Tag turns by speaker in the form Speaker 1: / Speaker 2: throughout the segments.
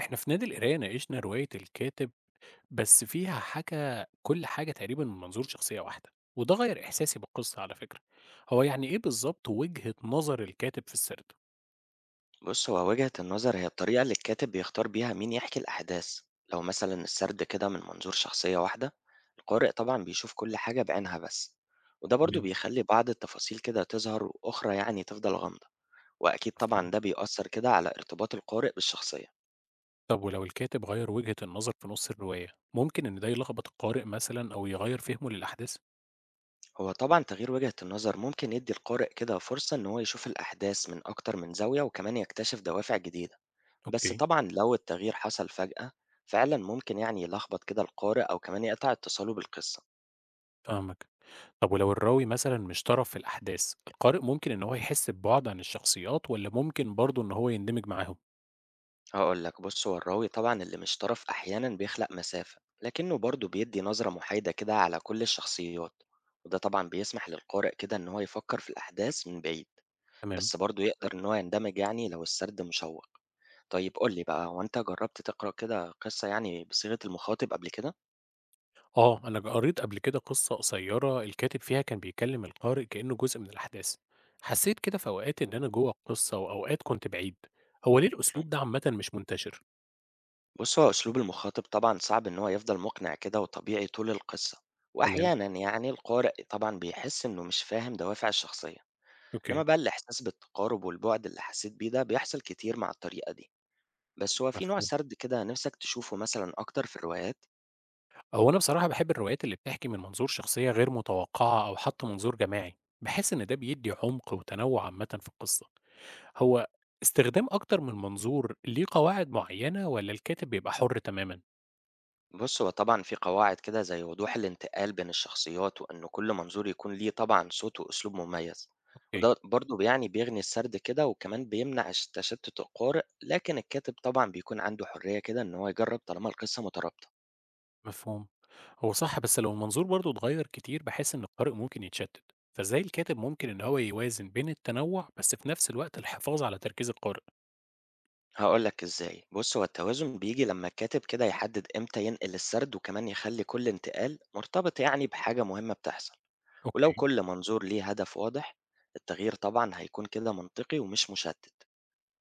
Speaker 1: إحنا في نادي القراية ناقشنا رواية الكاتب، بس فيها حكى كل حاجة تقريبا من منظور شخصية واحدة، وده غير إحساسي بالقصة. على فكرة، هو يعني إيه بالظبط وجهة نظر الكاتب في السرد؟
Speaker 2: بص هو وجهة النظر هي الطريقة اللي الكاتب بيختار بيها مين يحكي الأحداث. لو مثلا السرد كده من منظور شخصية واحدة، القارئ طبعا بيشوف كل حاجة بعينها بس، وده برضو
Speaker 1: تمام.
Speaker 2: بيخلي بعض التفاصيل كده تظهر وأخرى يعني تفضل غامضة. وأكيد
Speaker 1: مفهوم.
Speaker 2: طبعا ده بيأثر كده على ارتباط القارئ بالشخصية.
Speaker 1: طب ولو الكاتب غير وجهة النظر في نص الرواية، ممكن إن ده يلخبط القارئ مثلا أو يغير فهمه للأحداث؟
Speaker 2: هو طبعا تغيير وجهة النظر ممكن يدي القارئ كده فرصة إن هو يشوف الأحداث من أكتر من زاوية وكمان يكتشف دوافع جديدة. بس
Speaker 1: اوكي.
Speaker 2: طبعا لو التغيير حصل فجأة، فعلا ممكن يعني يلخبط كده القارئ أو كمان يقطع اتصاله بالقصة.
Speaker 1: فاهمك. طب ولو الراوي مثلا مش طرف في الأحداث، القارئ ممكن إن هو يحس ببعد عن الشخصيات، ولا ممكن برضه إن هو يندمج معاهم؟
Speaker 2: هقول لك، بص هو الراوي طبعا اللي مش طرف أحيانا بيخلق مسافة لكنه برضه بيدي نظرة محايدة كده على كل الشخصيات، وده طبعا بيسمح للقارئ كده إن هو يفكر في الأحداث من بعيد.
Speaker 1: تمام.
Speaker 2: بس برضه يقدر إن هو يندمج يعني لو السرد مشوق. طيب قول لي بقى، هو أنت جربت تقرأ كده قصة يعني بصيغة المخاطب قبل كده؟
Speaker 1: آه، أنا قريت قبل كده قصة قصيرة الكاتب فيها كان بيكلم القارئ كأنه جزء من الأحداث، حسيت كده في أوقات إن أنا جوه القصة وأوقات كنت بعيد. هو ليه
Speaker 2: مم.
Speaker 1: الأسلوب ده عامةً مش منتشر؟
Speaker 2: بص هو أسلوب المخاطب طبعا صعب إن هو يفضل مقنع كده وطبيعي طول القصة،
Speaker 1: تمام،
Speaker 2: وأحيانا يعني القارئ طبعا بيحس إنه مش فاهم دوافع الشخصية. إنما
Speaker 1: أوكي،
Speaker 2: بقى الإحساس بالتقارب والبُعد اللي حسيت بيه ده بيحصل كتير مع الطريقة دي، بس هو في نوع
Speaker 1: مفهوم.
Speaker 2: سرد كده نِفْسك تشوفه مثلًا أكتر في الروايات؟
Speaker 1: هو أنا بصراحة باحب الروايات اللي بتحكي من منظور شخصية غير متوقعة أو حتى منظور جماعي، باحس إن ده بيدي عمق وتنوع عامةً في القصة. هو استخدام أكتر من منظور ليه قواعد معينة والّا الكاتب بيبقى حر تمامًا؟
Speaker 2: بُص، هو طبعًا في قواعد كده زي وضوح الانتقال بين الشخصيات وإن كل منظور يكون ليه طبعًا صوت وأسلوب مميز،
Speaker 1: أوكي.
Speaker 2: وده برضه يعني بيغني السرد كده وكمان بيمنع تشتُّت القارئ، لكن الكاتب طبعًا بيكون عنده حرية كده إن هو يجرّب طالما القصة مترابطة.
Speaker 1: مفهوم. هو صح، بس لو المنظور برضه اتغير كتير بحس إن القارئ ممكن يتشتت، فازاي الكاتب ممكن إن هو يوازن بين التنوع بس في نفس الوقت الحفاظ على تركيز القارئ؟
Speaker 2: هاقول لك إزاي، بُص هو التوازن بييجي لمّا الكاتب كده يحدد إمتى ينقل السرد، وكمان يخلّي كل انتقال مرتبط يعني بحاجة مهمة بتحصل، ولو
Speaker 1: اوكي.
Speaker 2: كل منظور ليه هدف واضح، التغيير طبعًا هيكون كده منطقي ومش مشتت،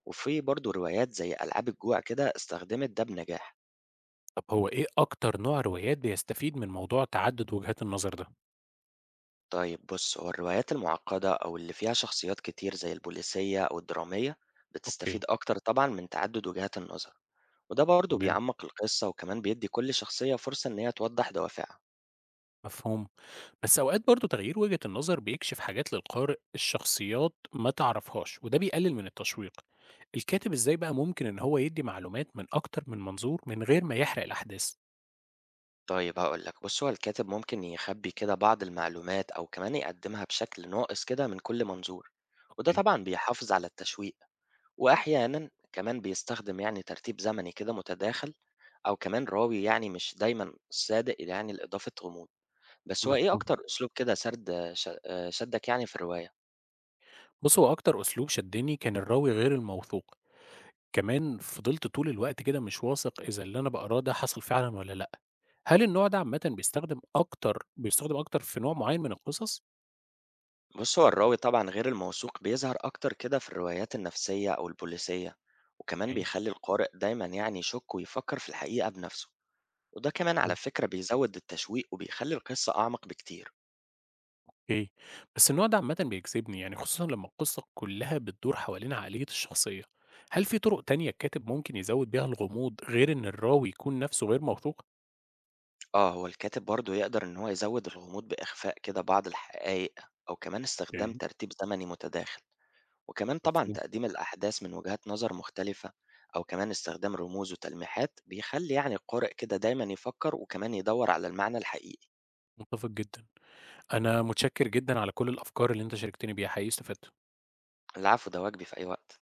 Speaker 2: وفي برضه روايات زي ألعاب الجوع كده استخدمت ده بنجاح.
Speaker 1: طب هو إيه أكتر نوع روايات بيستفيد من موضوع تعدد وجهات النظر ده؟
Speaker 2: طيب بُص هو الروايات المعقدة أو اللي فيها شخصيات كتير زي البوليسية أو الدرامية،
Speaker 1: اوكي.
Speaker 2: بتستفيد أكتر طبعًا من تعدد وجهات النظر، وده برضه
Speaker 1: تمام.
Speaker 2: بيعمّق القصة وكمان بيدي كل شخصية فرصة إن هي توضح دوافعها.
Speaker 1: مفهوم. بس أوقات برضه تغيير وجهة النظر بيكشف حاجات للقارئ الشخصيات ما تعرفهاش، وده بيقلل من التشويق. الكاتب إزاي بقى ممكن إن هو يدي معلومات من أكتر من منظور من غير ما يحرق الأحداث؟
Speaker 2: طيب هاقول لك، بُص هو الكاتب ممكن يخبّي كده بعض المعلومات أو كمان يقدّمها بشكل ناقص كده من كل منظور، وده
Speaker 1: اوكي.
Speaker 2: طبعًا بيحافظ على التشويق، وأحيانًا كمان بيستخدم يعني ترتيب زمني كده متداخل أو كمان راوي يعني مش دايمًا صادق يعني لإضافة غموض، بس هو إيه
Speaker 1: مفهوم.
Speaker 2: أكتر أسلوب كده سرد ش شدّك يعني في الرواية؟
Speaker 1: بُص، هو أكتر أسلوب شدّني كان الراوي غير الموثوق، كمان فضلت طول الوقت كده مش واثق إذا اللي أنا باقراه ده حصل فعلًا والّا لأ. هل النوع ده عامةً بيستخدم أكتر في نوع معيّن من القصص؟
Speaker 2: بُص هو الراوي طبعًا غير الموثوق بيظهر أكتر كده في الروايات النفسية أو البوليسية، وكمان
Speaker 1: يعني
Speaker 2: بيخلّي القارئ دايمًا يعني يشُك ويفكّر في الحقيقة بنفسه. وده كمان على فكرة بيزود التشويق وبيخلي القصة أعمق بكتير.
Speaker 1: أوكي، بس النوع ده عامةً بيجذبني، يعني خصوصًا لمّا القصة كلّها بتدور حوالين عقلية الشخصية. هل في طرق تانية الكاتب ممكن يزوّد بيها الغموض غير إن الراوي يكون نَفْسه غير موثوق؟
Speaker 2: آه هو الكاتب برضه يقدر إن هو يزود الغموض بإخفاء كده بعض الحقائق أو كمان استخدام
Speaker 1: أوكي،
Speaker 2: ترتيب زمني متداخل وكمان طبعا
Speaker 1: مفهوم،
Speaker 2: تقديم الأحداث من وجهات نظر مختلفة أو كمان استخدام رموز وتلميحات بيخلي يعني القارئ كده دايما يفكر وكمان يدور على المعنى الحقيقي.
Speaker 1: متفق جدًا. أنا متشكّر جدًا على كل الأفكار اللي أنت شاركتني بيها، حقيقي استفدت.
Speaker 2: العفو ده واجبي في أي وقت.